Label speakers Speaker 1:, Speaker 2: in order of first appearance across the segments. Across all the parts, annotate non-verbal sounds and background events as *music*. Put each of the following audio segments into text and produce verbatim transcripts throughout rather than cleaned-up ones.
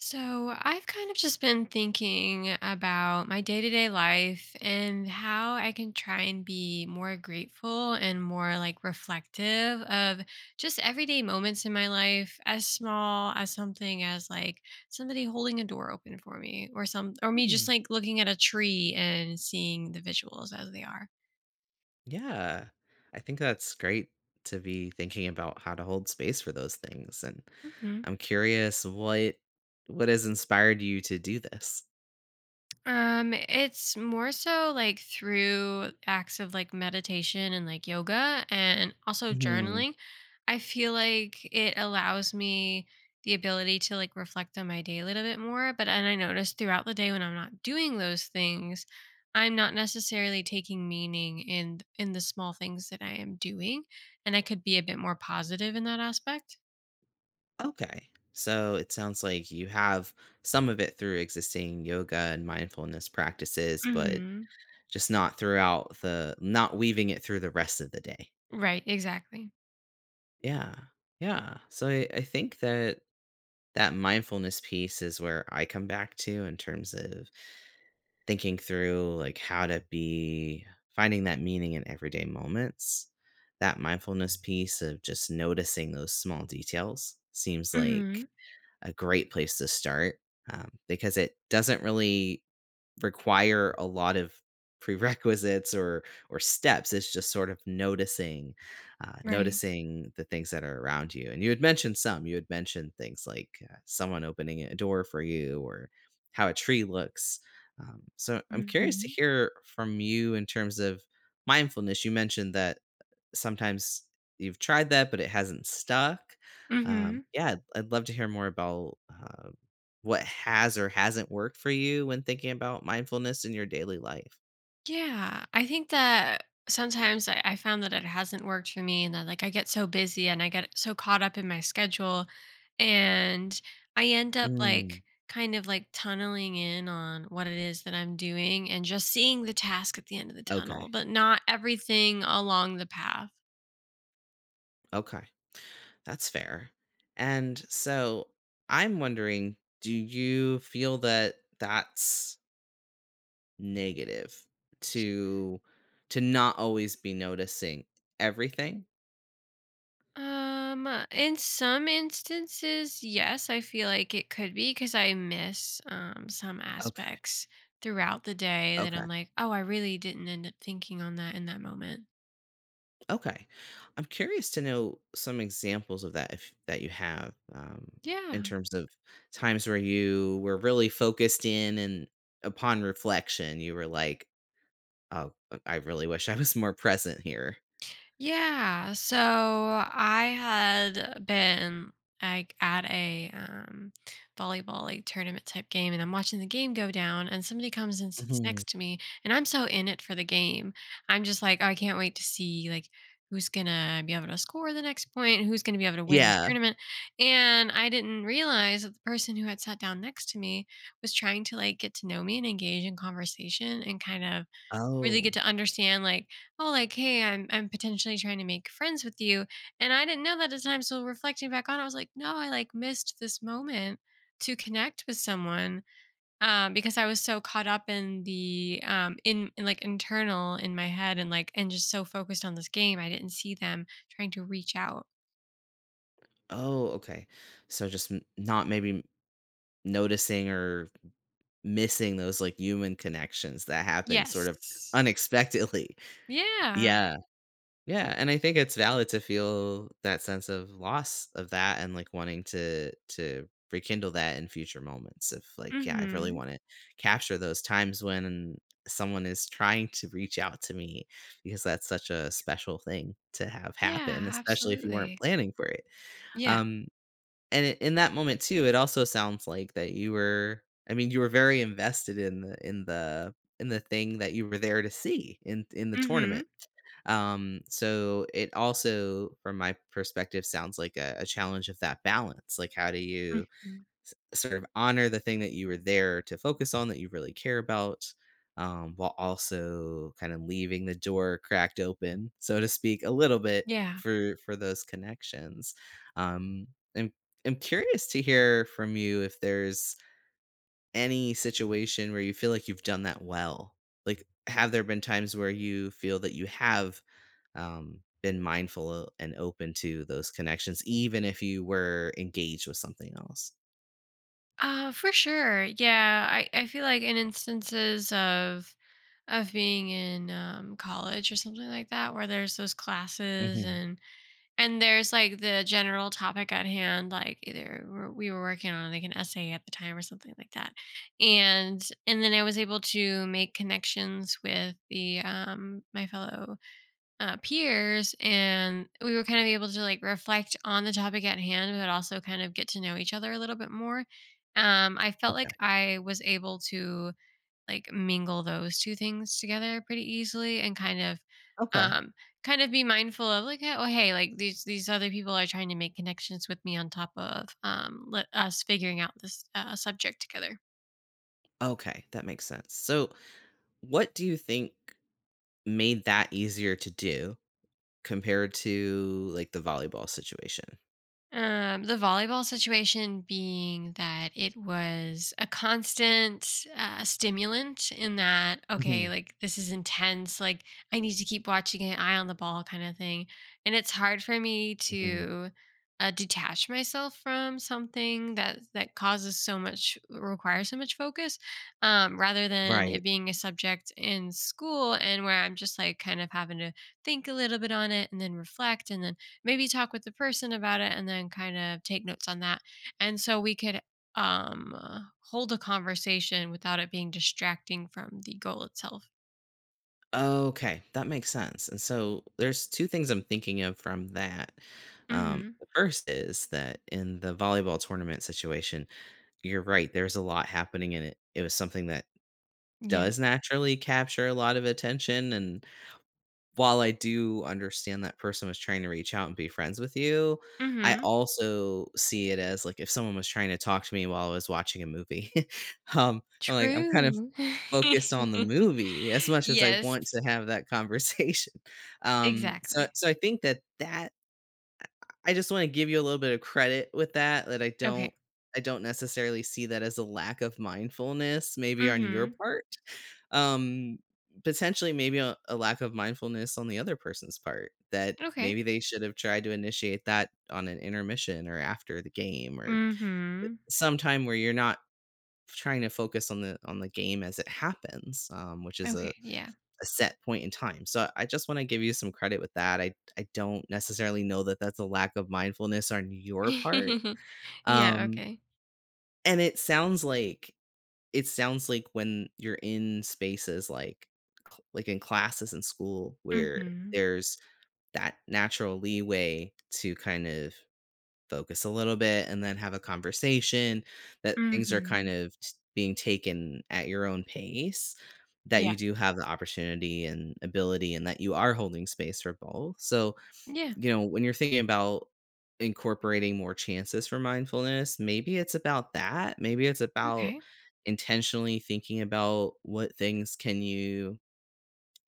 Speaker 1: So, I've kind of just been thinking about my day to day life and how I can try and be more grateful and more like reflective of just everyday moments in my life, as small as something as like somebody holding a door open for me or some, or me
Speaker 2: Hmm,
Speaker 1: just like looking at a tree and seeing the visuals as they are.
Speaker 2: yeah. I think that's great to be thinking about how to hold space for those things, and
Speaker 1: Mhm.
Speaker 2: I'm curious what what has inspired you to do this?
Speaker 1: Um, it's more so like through acts of like meditation and like yoga and also
Speaker 2: Mhm.
Speaker 1: journaling. I feel like it allows me the ability to like reflect on my day a little bit more. But and I notice throughout the day when I'm not doing those things, I'm not necessarily taking meaning in in the small things that I am doing. And I could be a bit more positive in that aspect.
Speaker 2: Okay. So it sounds like you have some of it through existing yoga and mindfulness practices, but
Speaker 1: Mm-hmm.
Speaker 2: just not throughout the not weaving it through the rest of the day.
Speaker 1: Right, exactly.
Speaker 2: Yeah. Yeah. So I, I think that that mindfulness piece is where I come back to in terms of thinking through like how to be finding that meaning in everyday moments, that mindfulness piece of just noticing those small details seems like
Speaker 1: Mm-hmm.
Speaker 2: a great place to start um, because it doesn't really require a lot of *laughs* prerequisites or or steps. It's just sort of noticing, uh,
Speaker 1: Right.
Speaker 2: noticing the things that are around you. And you had mentioned some. You had mentioned things like uh, someone opening a door for you or how a tree looks. Um, so I'm curious to
Speaker 1: Mm-hmm.
Speaker 2: hear from you in terms of mindfulness. You mentioned that sometimes you've tried that, but it hasn't stuck.
Speaker 1: Mm-hmm.
Speaker 2: Um, yeah, I'd I'd love to hear more about uh, what has or hasn't worked for you when thinking about mindfulness in your daily life.
Speaker 1: Yeah, I think that sometimes I, I found that it hasn't worked for me, and that like I get so busy and I get so caught up in my schedule, and I end up
Speaker 2: Mm,
Speaker 1: like kind of like tunneling in on what it is that I'm doing and just seeing the task at the end of the
Speaker 2: okay.
Speaker 1: tunnel, but not everything along the path.
Speaker 2: Okay. That's fair. And so I'm wondering, do you feel that that's negative to to not always be noticing everything?
Speaker 1: Um, uh, in some instances, yes, I feel like it could be because I miss um some aspects throughout the day that
Speaker 2: Okay.
Speaker 1: I'm like, oh, I really didn't end up thinking on that in that moment.
Speaker 2: Okay. I'm curious to know some examples of that if that you have, um,
Speaker 1: Yeah.
Speaker 2: in terms of times where you were really focused in and upon reflection, you were like, "Oh, uh, I really wish I was more present here."
Speaker 1: Yeah, so I had been like at a um, volleyball like tournament type game, and I'm watching the game go down, and somebody comes and sits
Speaker 2: Mhm.
Speaker 1: next to me, and I'm so in it for the game. I'm just like, oh, I can't wait to see like who's gonna be able to score the next point, who's gonna be able to win this
Speaker 2: Yeah.
Speaker 1: tournament. And I didn't realize that the person who had sat down next to me was trying to like get to know me and engage in conversation and kind of or they
Speaker 2: Oh.
Speaker 1: get to understand like, "Oh, like, hey, I'm I'm potentially trying to make friends with you." And I didn't know that at the time, so reflecting back on it, I was like, "No, I like missed this moment to connect with someone." Um, because I was so caught up in the um in, in like internal in my head and like and just so focused on this game, I didn't see them trying to reach out.
Speaker 2: Oh, okay. So just n not maybe m- noticing or missing those, like, human connections that happen sort of
Speaker 1: Yes.
Speaker 2: unexpectedly. *laughs*
Speaker 1: Yeah.
Speaker 2: Yeah. Yeah, and I think it's valid to feel that sense of loss of that and like wanting to to rekindle that in future moments of like, yeah, I really
Speaker 1: Mhm.
Speaker 2: want to capture those times when someone is trying to reach out to me because that's such a special thing to have happen,
Speaker 1: Yeah,
Speaker 2: especially if you weren't
Speaker 1: absolutely.
Speaker 2: planning for it.
Speaker 1: Yeah.
Speaker 2: Um and I in that moment too, it also sounds like that you were, I mean, you were very invested in the in the in the thing that you were there to see in in the
Speaker 1: Mhm.
Speaker 2: tournament. Um, so it also, from my perspective, sounds like a, a challenge of that balance. Like, how do you
Speaker 1: Mhm.
Speaker 2: sort of honor the thing that you were there to focus on that you really care about, um, while also kind of leaving the door cracked open, so to speak, a little bit
Speaker 1: Yeah.
Speaker 2: for for those connections. Um, I'm I'm curious to hear from you if there's any situation where you feel like you've done that well. Like, have there been times where you feel that you have um, been mindful and open to those connections, even if you were engaged with something else?
Speaker 1: Uh, for sure. Yeah, I, I feel like in instances of of being in um, college or something like that, where there's those classes
Speaker 2: Hmm.
Speaker 1: and and there's like the general topic at hand, like either we're- we were working on like an essay at the time or something like that, and and then I was able to make connections with the um, my fellow uh, peers and we were kind of able to like reflect on the topic at hand but also kind of get to know each other a little bit more, um I felt
Speaker 2: Okay.
Speaker 1: like I was able to like mingle those two things together pretty easily and kind of
Speaker 2: Okay.
Speaker 1: um kind of be mindful of like oh hey like these these other people are trying to make connections with me on top of um let us figuring out this uh, subject together.
Speaker 2: Okay, that makes sense. So, what do you think made that easier to do compared to like the volleyball situation?
Speaker 1: Um, the volleyball situation being that it was a constant uh, stimulant in that, okay,
Speaker 2: Hmm.
Speaker 1: like this is intense, like I need to keep watching it, eye on the ball kind of thing. And it's hard for me
Speaker 2: Hmm.
Speaker 1: to uh, detach myself from something that that causes so much requires so much focus, um, rather than
Speaker 2: Right.
Speaker 1: it being a subject in school and where I'm just like kind of having to think a little bit on it and then reflect and then maybe talk with the person about it and then kind of take notes on that. And so we could um uh, hold a conversation without it being distracting from the goal itself.
Speaker 2: Okay, that makes sense. And so there's two things I'm thinking of from that. Um,
Speaker 1: Mhm.
Speaker 2: the first is that in the volleyball tournament situation, you're right. There's a lot happening in it. It was something that
Speaker 1: Yeah.
Speaker 2: does naturally capture a lot of attention, and while I do understand that person was trying to reach out and be friends with you, I
Speaker 1: Mhm.
Speaker 2: also see it as, like, if someone was trying to talk to me while I was watching a movie. *laughs* Um, I'm like, I'm kind of
Speaker 1: True.
Speaker 2: focused on the
Speaker 1: *laughs*
Speaker 2: movie as much as I
Speaker 1: Yes,
Speaker 2: want to have that conversation. *laughs* Um, so
Speaker 1: exactly.
Speaker 2: so I think that that I just wanna give you a little bit of credit with that, that I don't
Speaker 1: Okay.
Speaker 2: I don't necessarily see that as a lack of mindfulness maybe on your
Speaker 1: Mhm.
Speaker 2: part. Um, potentially maybe a a lack of mindfulness on the other person's part, that
Speaker 1: Okay.
Speaker 2: maybe they should have tried to initiate that on an intermission or after the game or
Speaker 1: Mhm.
Speaker 2: sometime where you're not trying to focus on the on the game as it happens, um, which is a
Speaker 1: Okay, yeah.
Speaker 2: a set point in time. So I just want to give you some credit with that. I I don't necessarily know that that's a lack of mindfulness on your part.
Speaker 1: *laughs* Yeah,
Speaker 2: Um
Speaker 1: okay.
Speaker 2: and it sounds like it sounds like when you're in spaces like cl- like in classes in school where
Speaker 1: Mhm.
Speaker 2: there's that natural leeway to kind of focus a little bit and then have a conversation, that things are kind
Speaker 1: Mhm.
Speaker 2: of t- being taken at your own pace, that you
Speaker 1: Yeah.
Speaker 2: do have the opportunity and ability and that you are holding space for both. So
Speaker 1: Yeah,
Speaker 2: you know, when you're thinking about incorporating more chances for mindfulness, maybe it's about that, maybe it's about
Speaker 1: okay.
Speaker 2: intentionally thinking about what things can you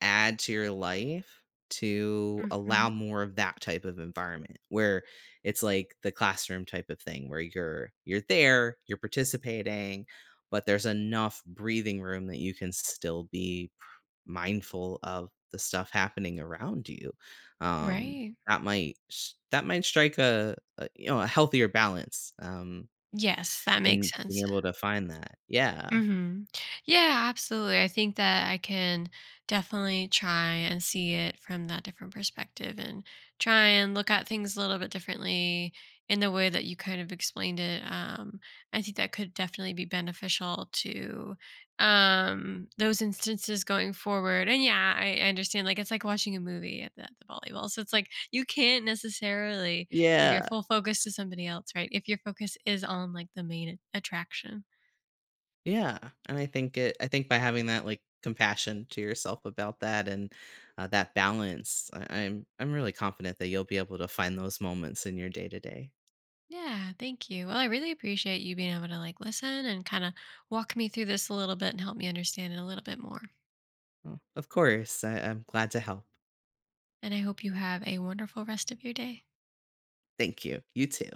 Speaker 2: add to your life to allow
Speaker 1: Mhm.
Speaker 2: more of that type of environment where it's like the classroom type of thing where you're you're there, you're participating, but there's enough breathing room that you can still be pr- mindful of the stuff happening around you. Um,
Speaker 1: Right.
Speaker 2: that might s- that might strike a, a you know a healthier balance, um,
Speaker 1: Yes, that makes
Speaker 2: in being
Speaker 1: sense.
Speaker 2: able to find that. Yeah.
Speaker 1: Hmm. Yeah, absolutely. I think that I can definitely try and see it from that different perspective and try and look at things a little bit differently in the way that you kind of explained it. Um, I think that could definitely be beneficial to um, those instances going forward. And yeah, I, I understand. Like, it's like watching a movie at the, at the volleyball. So it's like you can't necessarily give your
Speaker 2: Yeah.
Speaker 1: full focus to somebody else, right? If your focus is on like the main attraction.
Speaker 2: Yeah, and I think it I think by having that, like, compassion to yourself about that and, uh, that balance, I I'm I'm really confident that you'll be able to find those moments in your day to day.
Speaker 1: Yeah, thank you. Well, I really appreciate you being able to like listen and kind of walk me through this a little bit and help me understand it a little bit more.
Speaker 2: Well, of course, I I'm glad to help.
Speaker 1: And I hope you have a wonderful rest of your day.
Speaker 2: Thank you. You too.